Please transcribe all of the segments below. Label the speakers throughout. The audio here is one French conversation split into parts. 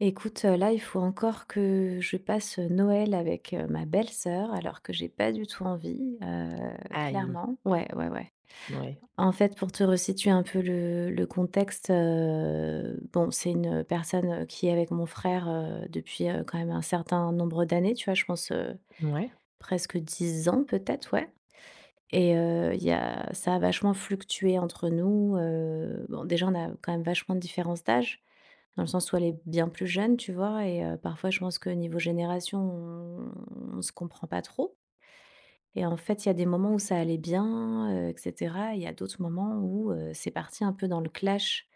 Speaker 1: Écoute, là, il faut encore que je passe, Noël avec, ma belle-sœur, alors que j'ai pas du tout envie,
Speaker 2: Aïe,
Speaker 1: clairement. Ouais, ouais, ouais.
Speaker 2: ouais,
Speaker 1: En fait, pour te resituer un peu le contexte, bon, c'est une, personne, qui est avec mon frère, depuis, quand même un certain nombre d'années, tu vois? Je pense,
Speaker 2: ouais.
Speaker 1: presque 10 ans peut-être, ouais et il y a ça a vachement fluctué entre nous, bon, déjà, on a quand même vachement de différence d'âge. Dans le sens où elle est bien plus jeune, tu vois? Et parfois je pense que niveau génération, on se comprend pas trop et en fait, il y a des moments où ça allait bien, et cetera. Il y a d'autres moments où, c'est parti un peu dans le clash,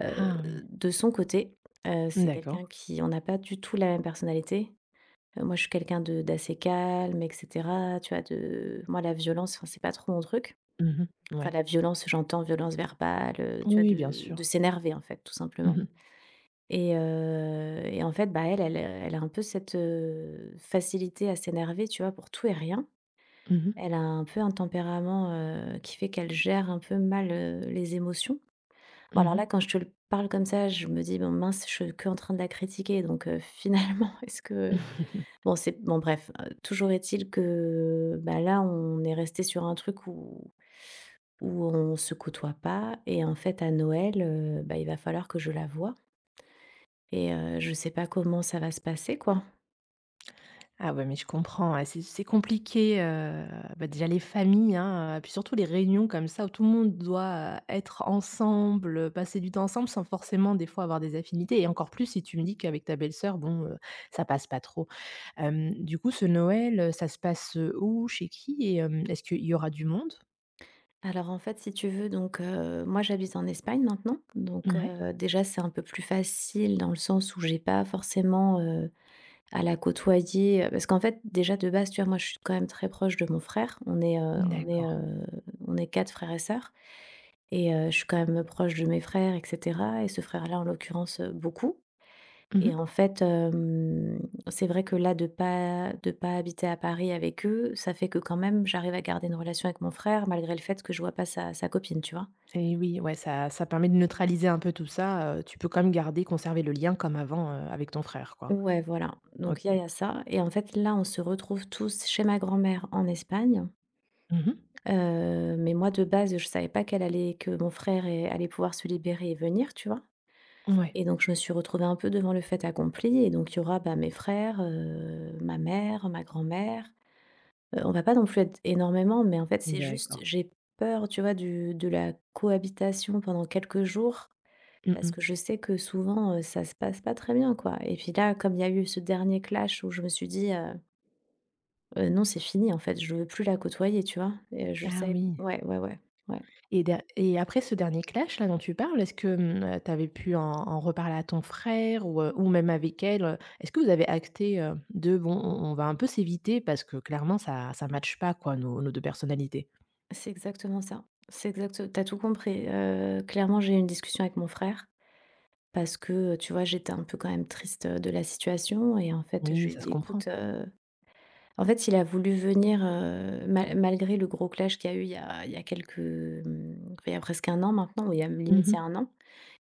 Speaker 1: heu,
Speaker 2: Ah oui,
Speaker 1: de son côté. C'est
Speaker 2: d'accord.
Speaker 1: quelqu'un qui on n'a pas du tout la même personnalité. Moi, je suis quelqu'un de d'assez calme et cetera, tu vois? De Moi, la violence, enfin, c'est pas trop mon truc.
Speaker 2: Mmh,
Speaker 1: Enfin,
Speaker 2: ouais.
Speaker 1: la violence, j'entends violence verbale, tu
Speaker 2: Oui,
Speaker 1: vois?
Speaker 2: oui, bien
Speaker 1: De
Speaker 2: sûr.
Speaker 1: de s'énerver, en fait, tout
Speaker 2: Mmh
Speaker 1: simplement.
Speaker 2: mh,
Speaker 1: Et en fait, bah, elle a un peu cette, facilité à s'énerver, tu vois, pour tout et rien.
Speaker 2: mmh.
Speaker 1: Elle a un peu un tempérament, qui fait qu'elle gère un peu mal, les émotions. Bon, alors là, quand je te le parle comme ça, je me dis: «Bon mince, je suis qu'en train de la critiquer», donc finalement, est-ce que bon, c'est bon, bref, toujours est-il que, bah, là, on est resté sur un truc où on se côtoie pas et en fait, à Noël, bah, il va falloir que je la voie et je sais pas comment ça va se passer, quoi.
Speaker 2: Ah ouais, mais je comprends, ouais, c'est compliqué, bah, déjà les familles, hein, puis surtout les réunions comme ça où tout le monde doit, être ensemble, passer du temps ensemble sans forcément des fois avoir des affinités et encore plus si tu me dis qu'avec ta belle-sœur, bon, ça passe pas trop. Du coup ce Noël, ça se passe, où? Chez qui? Et est-ce qu'il y aura du monde?
Speaker 1: Alors en fait, si tu veux, donc moi j'habite en Espagne maintenant, donc
Speaker 2: Ouais,
Speaker 1: déjà c'est un peu plus facile dans le sens où j'ai pas forcément, à la côtoyer, parce qu'en fait déjà de base, tu vois, moi je suis quand même très proche de mon frère. On est, heu, on est, heu,
Speaker 2: d'accord.
Speaker 1: on est 4 frères et sœurs et je suis quand même proche de mes frères et cetera et ce frère-là en l'occurrence, beaucoup. Et
Speaker 2: Mmh.
Speaker 1: en fait, c'est vrai que là, de pas habiter à Paris avec eux, ça fait que quand même, j'arrive à garder une relation avec mon frère malgré le fait que je vois pas sa copine, tu vois?
Speaker 2: Et oui, ouais, ça permet de neutraliser un peu tout ça, tu peux quand même garder conserver le lien comme avant, avec ton frère, quoi.
Speaker 1: Ouais, voilà,
Speaker 2: OK.
Speaker 1: donc il y a ça et en fait, là, on se retrouve tous chez ma grand-mère en Espagne,
Speaker 2: Mmh.
Speaker 1: mais moi, de base, je savais pas qu'elle allait que mon frère est allait pouvoir se libérer et venir, tu vois?
Speaker 2: Ouais,
Speaker 1: Et donc je me suis retrouvée un peu devant le fait accompli et donc il y aura, bah, mes frères, ma mère, ma grand-mère. On va pas non plus être énormément, mais en fait, c'est juste,
Speaker 2: d'accord.
Speaker 1: j'ai peur, tu vois, du de la cohabitation pendant quelques jours
Speaker 2: Mmh
Speaker 1: parce
Speaker 2: mh.
Speaker 1: que je sais que souvent, ça se passe pas très bien, quoi. Et puis là, comme il y a eu ce dernier clash où je me suis dit: Non, c'est fini, en fait, je veux plus la côtoyer», tu vois? Et je
Speaker 2: Ah
Speaker 1: savais
Speaker 2: oui
Speaker 1: ouais, ouais, ouais, ouais,
Speaker 2: et après ce dernier clash là dont tu parles, est-ce que, tu avais pu en reparler à ton frère ou même avec elle? Est-ce que vous avez acté, de: «Bon, on va un peu s'éviter parce que clairement ça matche pas quoi nos 2 personnalités»?
Speaker 1: c'est exactement ça. C'est exact. T'as tout compris, clairement, j'ai eu une discussion avec mon frère parce que, tu vois, j'étais un peu quand même triste, de la situation et en fait, je
Speaker 2: Oui,
Speaker 1: lui ai
Speaker 2: ça se
Speaker 1: dit:
Speaker 2: comprend.
Speaker 1: «Écoute, En fait, il a voulu venir, malgré le gros clash qu'il y a eu il y a quelques, il y a presque 1 an maintenant, ou il y a limite il y
Speaker 2: Mmh.
Speaker 1: a 1 an.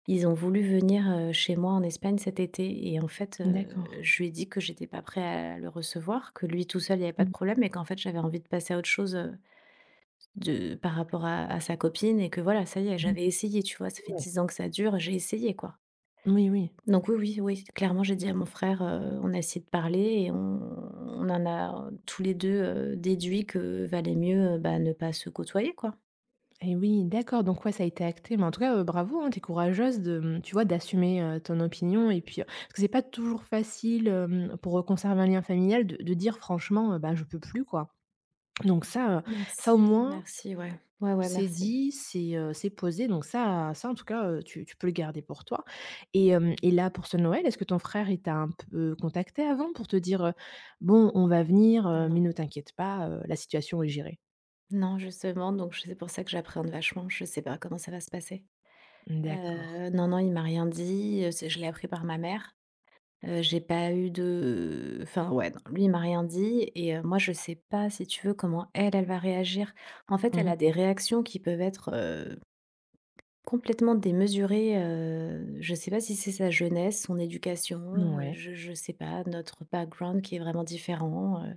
Speaker 1: Ils ont voulu venir, chez moi en Espagne cet été et en fait,
Speaker 2: D'accord.
Speaker 1: je lui ai dit que j'étais pas prêt à le recevoir, que lui tout seul il y avait pas de
Speaker 2: Mmh.
Speaker 1: problème et qu'en fait j'avais envie de passer à autre chose, de par rapport à sa copine et que voilà, ça y est,
Speaker 2: Mmh.
Speaker 1: j'avais essayé, tu vois? Ça fait
Speaker 2: Ouais.
Speaker 1: 10 ans que ça dure, j'ai essayé, quoi.
Speaker 2: Oui, oui.
Speaker 1: Donc oui, oui, oui, clairement, j'ai dit à mon frère, on a essayé de parler et on en a tous les 2 déduit que valait mieux, bah, ne pas se côtoyer, quoi.
Speaker 2: Et oui, d'accord, donc ouais, ça a été acté, mais en tout cas, bravo, hein, tu courageuse de, tu vois, d'assumer, ton opinion et puis, parce que c'est pas toujours facile, pour, conserver un lien familial de dire franchement: «Bah, je peux plus», quoi. Donc ça, ça au
Speaker 1: Merci,
Speaker 2: moins,
Speaker 1: merci, ouais. Ouais, ouais,
Speaker 2: c'est
Speaker 1: merci.
Speaker 2: dit, c'est posé, donc ça en tout cas, tu peux le garder pour toi et là, pour ce Noël, est-ce que ton frère, il t'a un peu contacté avant pour te dire: «Bon, on va venir, mais
Speaker 1: Non.
Speaker 2: ne t'inquiète pas, la situation est gérée»?
Speaker 1: Non, justement, donc je c'est pour ça que j'appréhende vachement, je sais pas comment ça va se passer.
Speaker 2: D'accord.
Speaker 1: Non, non, il m'a rien dit, c'est je l'ai appris par ma mère. J'ai pas eu de enfin, ouais, non, lui, il m'a rien dit et moi, je sais pas, si tu veux, comment elle, elle va réagir. En fait, elle
Speaker 2: Mmh.
Speaker 1: a des réactions qui peuvent être, complètement démesuré. Je sais pas si c'est sa jeunesse, son
Speaker 2: Ouais.
Speaker 1: éducation,
Speaker 2: Mouais.
Speaker 1: je sais pas, notre background qui est vraiment différent,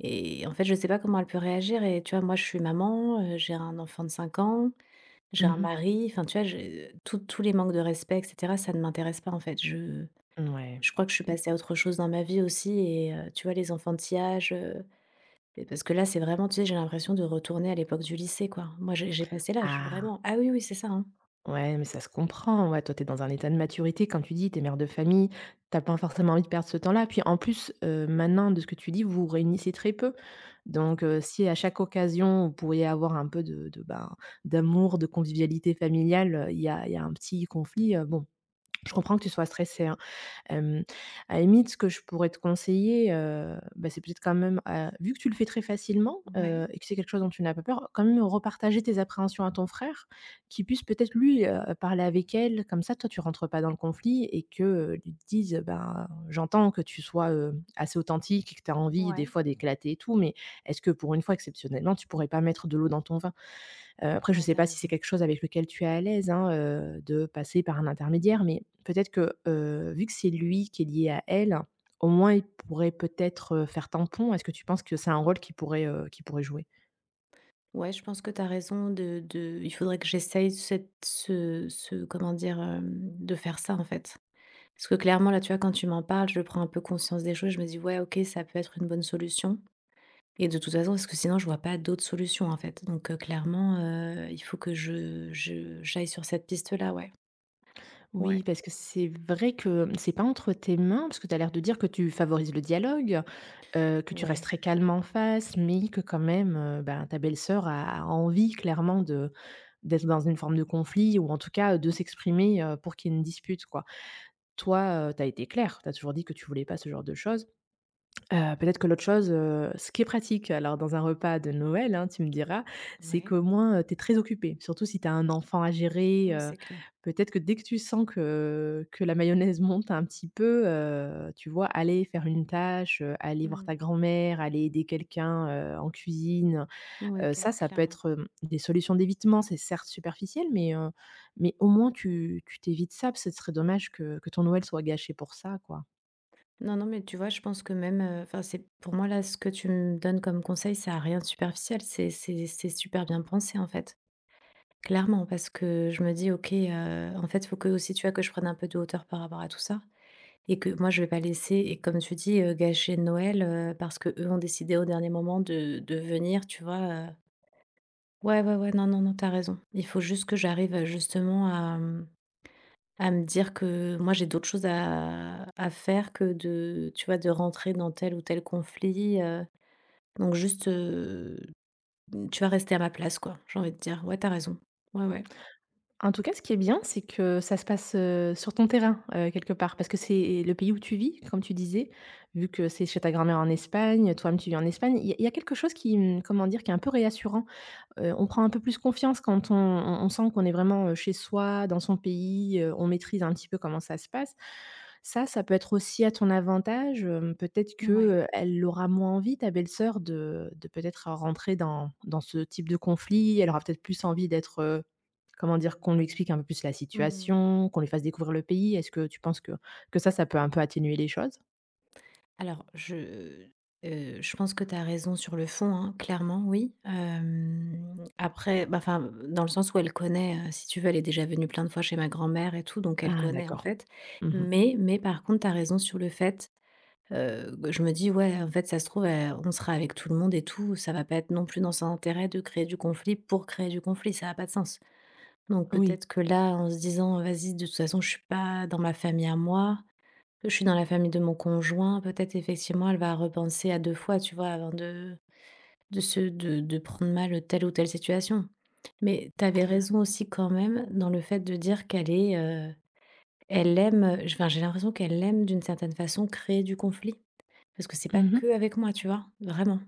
Speaker 1: et en fait, je sais pas comment elle peut réagir et tu vois, moi, je suis maman, j'ai un enfant de 5 ans, j'ai un
Speaker 2: Mmh.
Speaker 1: mari, enfin, tu vois, j'ai tous les manques de respect et cetera, ça ne m'intéresse pas, en fait. Je crois que je suis passée à autre chose dans ma vie aussi et tu vois, les enfantillages, et parce que là, c'est vraiment, tu sais, j'ai l'impression de retourner à l'époque du lycée, quoi. Moi, j'ai passé l'âge,
Speaker 2: Ah,
Speaker 1: vraiment. Ah oui, oui, c'est ça, hein.
Speaker 2: ouais, mais ça se comprend. Ouais, toi, t'es dans un état de maturité, quand tu dis, t'es mère de famille, t'as pas forcément envie de perdre ce temps-là. Puis en plus, maintenant, de ce que tu dis, vous vous réunissez très peu. Donc, si à chaque occasion, vous pourriez avoir un peu de, ben, d'amour, de convivialité familiale, il y a un petit conflit, bon, je comprends que tu sois stressée, hein. Hem, à la limite, ce que je pourrais te conseiller, bah, c'est peut-être quand même, vu que tu le fais très facilement,
Speaker 1: Ouais,
Speaker 2: et que c'est quelque chose dont tu n'as pas peur, quand même repartager tes appréhensions à ton frère, qui puisse peut-être lui, parler avec elle. Comme ça, toi, tu rentres pas dans le conflit et que, lui te dise: «Ben, j'entends que tu sois, assez authentique et que tu as envie des
Speaker 1: ouais.
Speaker 2: fois d'éclater et tout, mais est-ce que pour une fois, exceptionnellement, tu pourrais pas mettre de l'eau dans ton vin?» Après je ne
Speaker 1: Ouais,
Speaker 2: sais
Speaker 1: t'as
Speaker 2: pas si c'est
Speaker 1: raison.
Speaker 2: quelque chose avec lequel tu es à l'aise, hein, de passer par un intermédiaire, mais peut-être que, vu que c'est lui qui est lié à elle, au moins il pourrait peut-être, faire tampon. Est-ce que tu penses que c'est un rôle qui pourrait, qu'il pourrait jouer?
Speaker 1: Ouais, je pense que t'as raison de il faudrait que j'essaye cette ce ce comment dire, de faire ça, en fait. Parce que clairement, là, tu vois, quand tu m'en parles, je prends un peu conscience des choses, je me dis: «Ouais, OK, ça peut être une bonne solution» et de toute façon, parce que sinon je vois pas d'autres solutions, en fait. Donc clairement, il faut que je j'aille sur cette piste-là, ouais.
Speaker 2: Oui,
Speaker 1: Ouais,
Speaker 2: parce que c'est vrai que c'est pas entre tes mains, parce que tu as l'air de dire que tu favorises le dialogue, que tu restes
Speaker 1: ouais,
Speaker 2: très calme en face, mais que quand même, ben, ta belle-sœur a envie clairement de d'être dans une forme de conflit ou en tout cas, de s'exprimer, pour qu'il y ait une dispute, quoi. Toi, tu as été clair, tu as toujours dit que tu voulais pas ce genre de choses. Peut-être que l'autre chose, ce qui est pratique alors dans un repas de Noël, hein, tu me diras, c'est
Speaker 1: ouais.
Speaker 2: qu'au moins, tu es très occupé. Surtout si tu as un enfant à gérer,
Speaker 1: Oui, c'est clair.
Speaker 2: peut-être que dès que tu sens que la mayonnaise monte un petit peu, tu vois, aller faire une tâche, aller voir
Speaker 1: Mmh.
Speaker 2: ta grand-mère, aller aider quelqu'un, en cuisine.
Speaker 1: Ouais, car
Speaker 2: Ça, ça peut
Speaker 1: clairement.
Speaker 2: être, des solutions d'évitement. C'est certes superficiel, mais au moins tu t'évites ça, parce que ce serait dommage que ton Noël soit gâché pour ça, quoi.
Speaker 1: Non, non, mais tu vois, je pense que même, enfin, c'est pour moi, là, ce que tu me donnes comme conseil, ça a rien de superficiel. C'est super bien pensé, en fait. Clairement, parce que je me dis: «OK, en fait, faut que aussi, tu vois, que je prenne un peu de hauteur par rapport à tout ça et que moi, je vais pas laisser» et comme tu dis, gâcher Noël, parce que eux ont décidé au dernier moment de venir, tu vois, heu? Ouais, ouais, ouais, non, non, non, t'as raison. Il faut juste que j'arrive, justement à me dire que moi, j'ai d'autres choses à faire que de tu vois, de rentrer dans tel ou tel conflit, donc juste, mmh, tu vas rester à ma place, quoi, j'ai envie de dire. Ouais, t'as raison. Ouais, ouais.
Speaker 2: En tout cas, ce qui est bien, c'est que ça se passe, sur ton terrain, quelque part, parce que c'est le pays où tu vis, comme tu disais, vu que c'est chez ta grand-mère en Espagne, toi-même tu vis en Espagne. Il y a quelque chose qui, comment dire, qui est un peu réassurant. On prend un peu plus confiance quand on sent qu'on est vraiment, chez soi, dans son pays, on maîtrise un petit peu comment ça se passe. Ça peut être aussi à ton avantage, peut-être que,
Speaker 1: Ouais.
Speaker 2: elle aura moins envie ta belle-sœur de peut-être, rentrer dans ce type de conflit. Elle aura peut-être plus envie d'être, comment dire? Qu'on lui explique un peu plus la
Speaker 1: Mmh.
Speaker 2: situation, qu'on lui fasse découvrir le pays. Est-ce que tu penses que ça, ça peut un peu atténuer les choses?
Speaker 1: Alors je pense que tu as raison sur le fond, hein, clairement, oui. Après, bah, enfin, dans le sens où elle connaît, si tu veux, elle est déjà venue plein de fois chez ma grand-mère et tout, donc elle
Speaker 2: Ah,
Speaker 1: connaît, en
Speaker 2: d'accord.
Speaker 1: fait,
Speaker 2: Mmh.
Speaker 1: mais par contre, tu as raison sur le fait. Je me dis: «Ouais, en fait, ça se trouve, on sera avec tout le monde et tout, ça va pas être non plus dans son intérêt de créer du conflit pour créer du conflit, ça a pas de sens». Donc
Speaker 2: Oui.
Speaker 1: peut-être que là, en se disant: «Vas-y, de toute façon, je suis pas dans ma famille à moi, que je suis dans la famille de mon conjoint», peut-être effectivement elle va repenser à 2 fois, tu vois, avant de se de prendre mal, telle ou telle situation. Mais tu avais raison aussi quand même dans le fait de dire qu'elle est, elle aime, enfin, j'ai l'impression qu'elle aime d'une certaine façon créer du conflit. Parce que c'est pas
Speaker 2: Mmh.
Speaker 1: que avec moi, tu vois? Vraiment.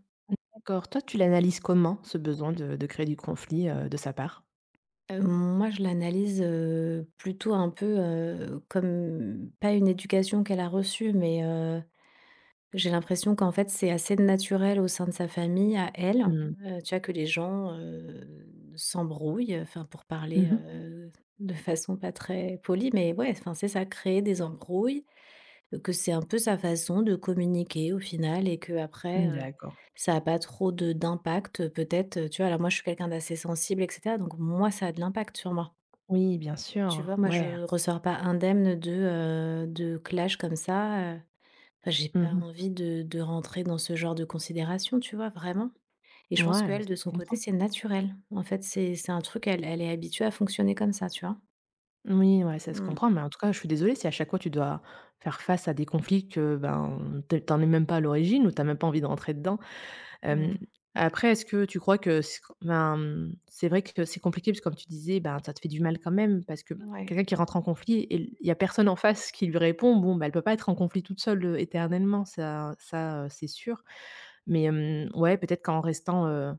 Speaker 2: D'accord. Toi, tu l'analyses comment ce besoin de créer du conflit, de sa part?
Speaker 1: Moi, je l'analyse, plutôt un peu, comme pas une éducation qu'elle a reçue, mais, j'ai l'impression qu'en fait, c'est assez naturel au sein de sa famille à elle,
Speaker 2: Mmh.
Speaker 1: tu vois? Que les gens, s'embrouillent, enfin, pour parler,
Speaker 2: Mmh.
Speaker 1: de façon pas très polie, mais ouais, enfin, c'est ça, créer des embrouilles. Que c'est un peu sa façon de communiquer au final et qu'après,
Speaker 2: D'accord.
Speaker 1: ça a pas trop de d'impact peut-être, tu vois? Alors moi je suis quelqu'un d'assez sensible et cetera, donc moi ça a de l'impact sur moi.
Speaker 2: Oui, bien
Speaker 1: Tu vois?
Speaker 2: sûr.
Speaker 1: Moi
Speaker 2: Ouais.
Speaker 1: je ressors pas indemne de clash comme ça, enfin j'ai pas
Speaker 2: Mmh.
Speaker 1: envie de rentrer dans ce genre de considération, tu vois? Vraiment. Et je pense
Speaker 2: Ouais, mais
Speaker 1: qu'elle
Speaker 2: ça
Speaker 1: de
Speaker 2: se
Speaker 1: son côté
Speaker 2: comprend.
Speaker 1: c'est naturel. En fait c'est un truc elle elle est habituée à fonctionner comme ça, tu vois?
Speaker 2: Oui, ouais, ça se
Speaker 1: Mmh,
Speaker 2: comprend, mais en tout cas, je suis désolée si à chaque fois tu dois faire face à des conflits que, ben, tu es même pas à l'origine ou t'as même pas envie de rentrer dedans. Hem,
Speaker 1: mmh.
Speaker 2: Après, est-ce que tu crois que c'est ben, c'est vrai que c'est compliqué, parce que comme tu disais, ben, ça te fait du mal quand même, parce que
Speaker 1: Ouais.
Speaker 2: quelqu'un qui rentre en conflit et il y a personne en face qui lui répond, bon, ben elle peut pas être en conflit toute seule, éternellement, ça, c'est sûr. Mais, ouais, peut-être qu'en restant,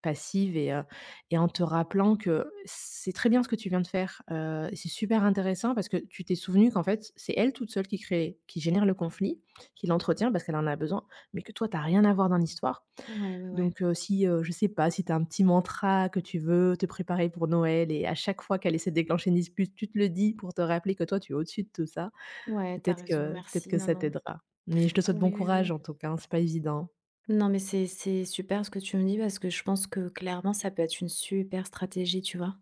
Speaker 2: passive et en te rappelant que c'est très bien ce que tu viens de faire, c'est super intéressant parce que tu t'es souvenue qu'en fait, c'est elle toute seule qui génère le conflit, qui l'entretient parce qu'elle en a besoin, mais que toi, tu as rien à voir dans l'histoire.
Speaker 1: Ouais, ouais, ouais.
Speaker 2: Donc, si, je sais pas, si tu as un petit mantra que tu veux te préparer pour Noël et à chaque fois qu'elle essaie de déclencher une dispute, tu te le dis pour te rappeler que toi, tu es au-dessus de tout ça.
Speaker 1: Ouais, tu
Speaker 2: Peut-être
Speaker 1: raison,
Speaker 2: que peut-être
Speaker 1: merci.
Speaker 2: que
Speaker 1: Non,
Speaker 2: ça
Speaker 1: non.
Speaker 2: t'aidera. Mais je te souhaite bon
Speaker 1: Oui, oui,
Speaker 2: courage
Speaker 1: oui.
Speaker 2: en tout cas, hein, c'est pas évident.
Speaker 1: Non, mais c'est super ce que tu me dis parce que je pense que clairement, ça peut être une super stratégie, tu vois?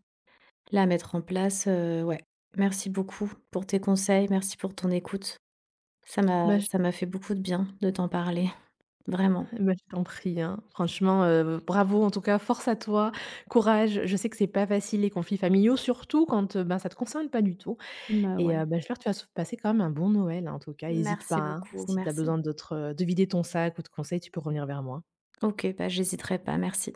Speaker 1: Là, à mettre en place, ouais. Merci beaucoup pour tes conseils, merci pour ton écoute. Ça
Speaker 2: Bah,
Speaker 1: m'a
Speaker 2: je
Speaker 1: ça m'a fait beaucoup de bien de t'en parler, vraiment.
Speaker 2: bah, je t'en prie, hein. Franchement, bravo en tout cas, force à toi, courage. Je sais que c'est pas facile les conflits familiaux, surtout quand, ben, ça te concerne pas du tout
Speaker 1: Bah,
Speaker 2: et
Speaker 1: ouais.
Speaker 2: bah, j'espère que tu vas passer quand même un bon Noël, hein, en tout cas. Hésite pas,
Speaker 1: Merci
Speaker 2: hein,
Speaker 1: beaucoup,
Speaker 2: si tu as
Speaker 1: merci.
Speaker 2: besoin d'autres, de vider ton sac ou de conseils, tu peux revenir vers moi.
Speaker 1: OK, bah, j'hésiterai pas, merci.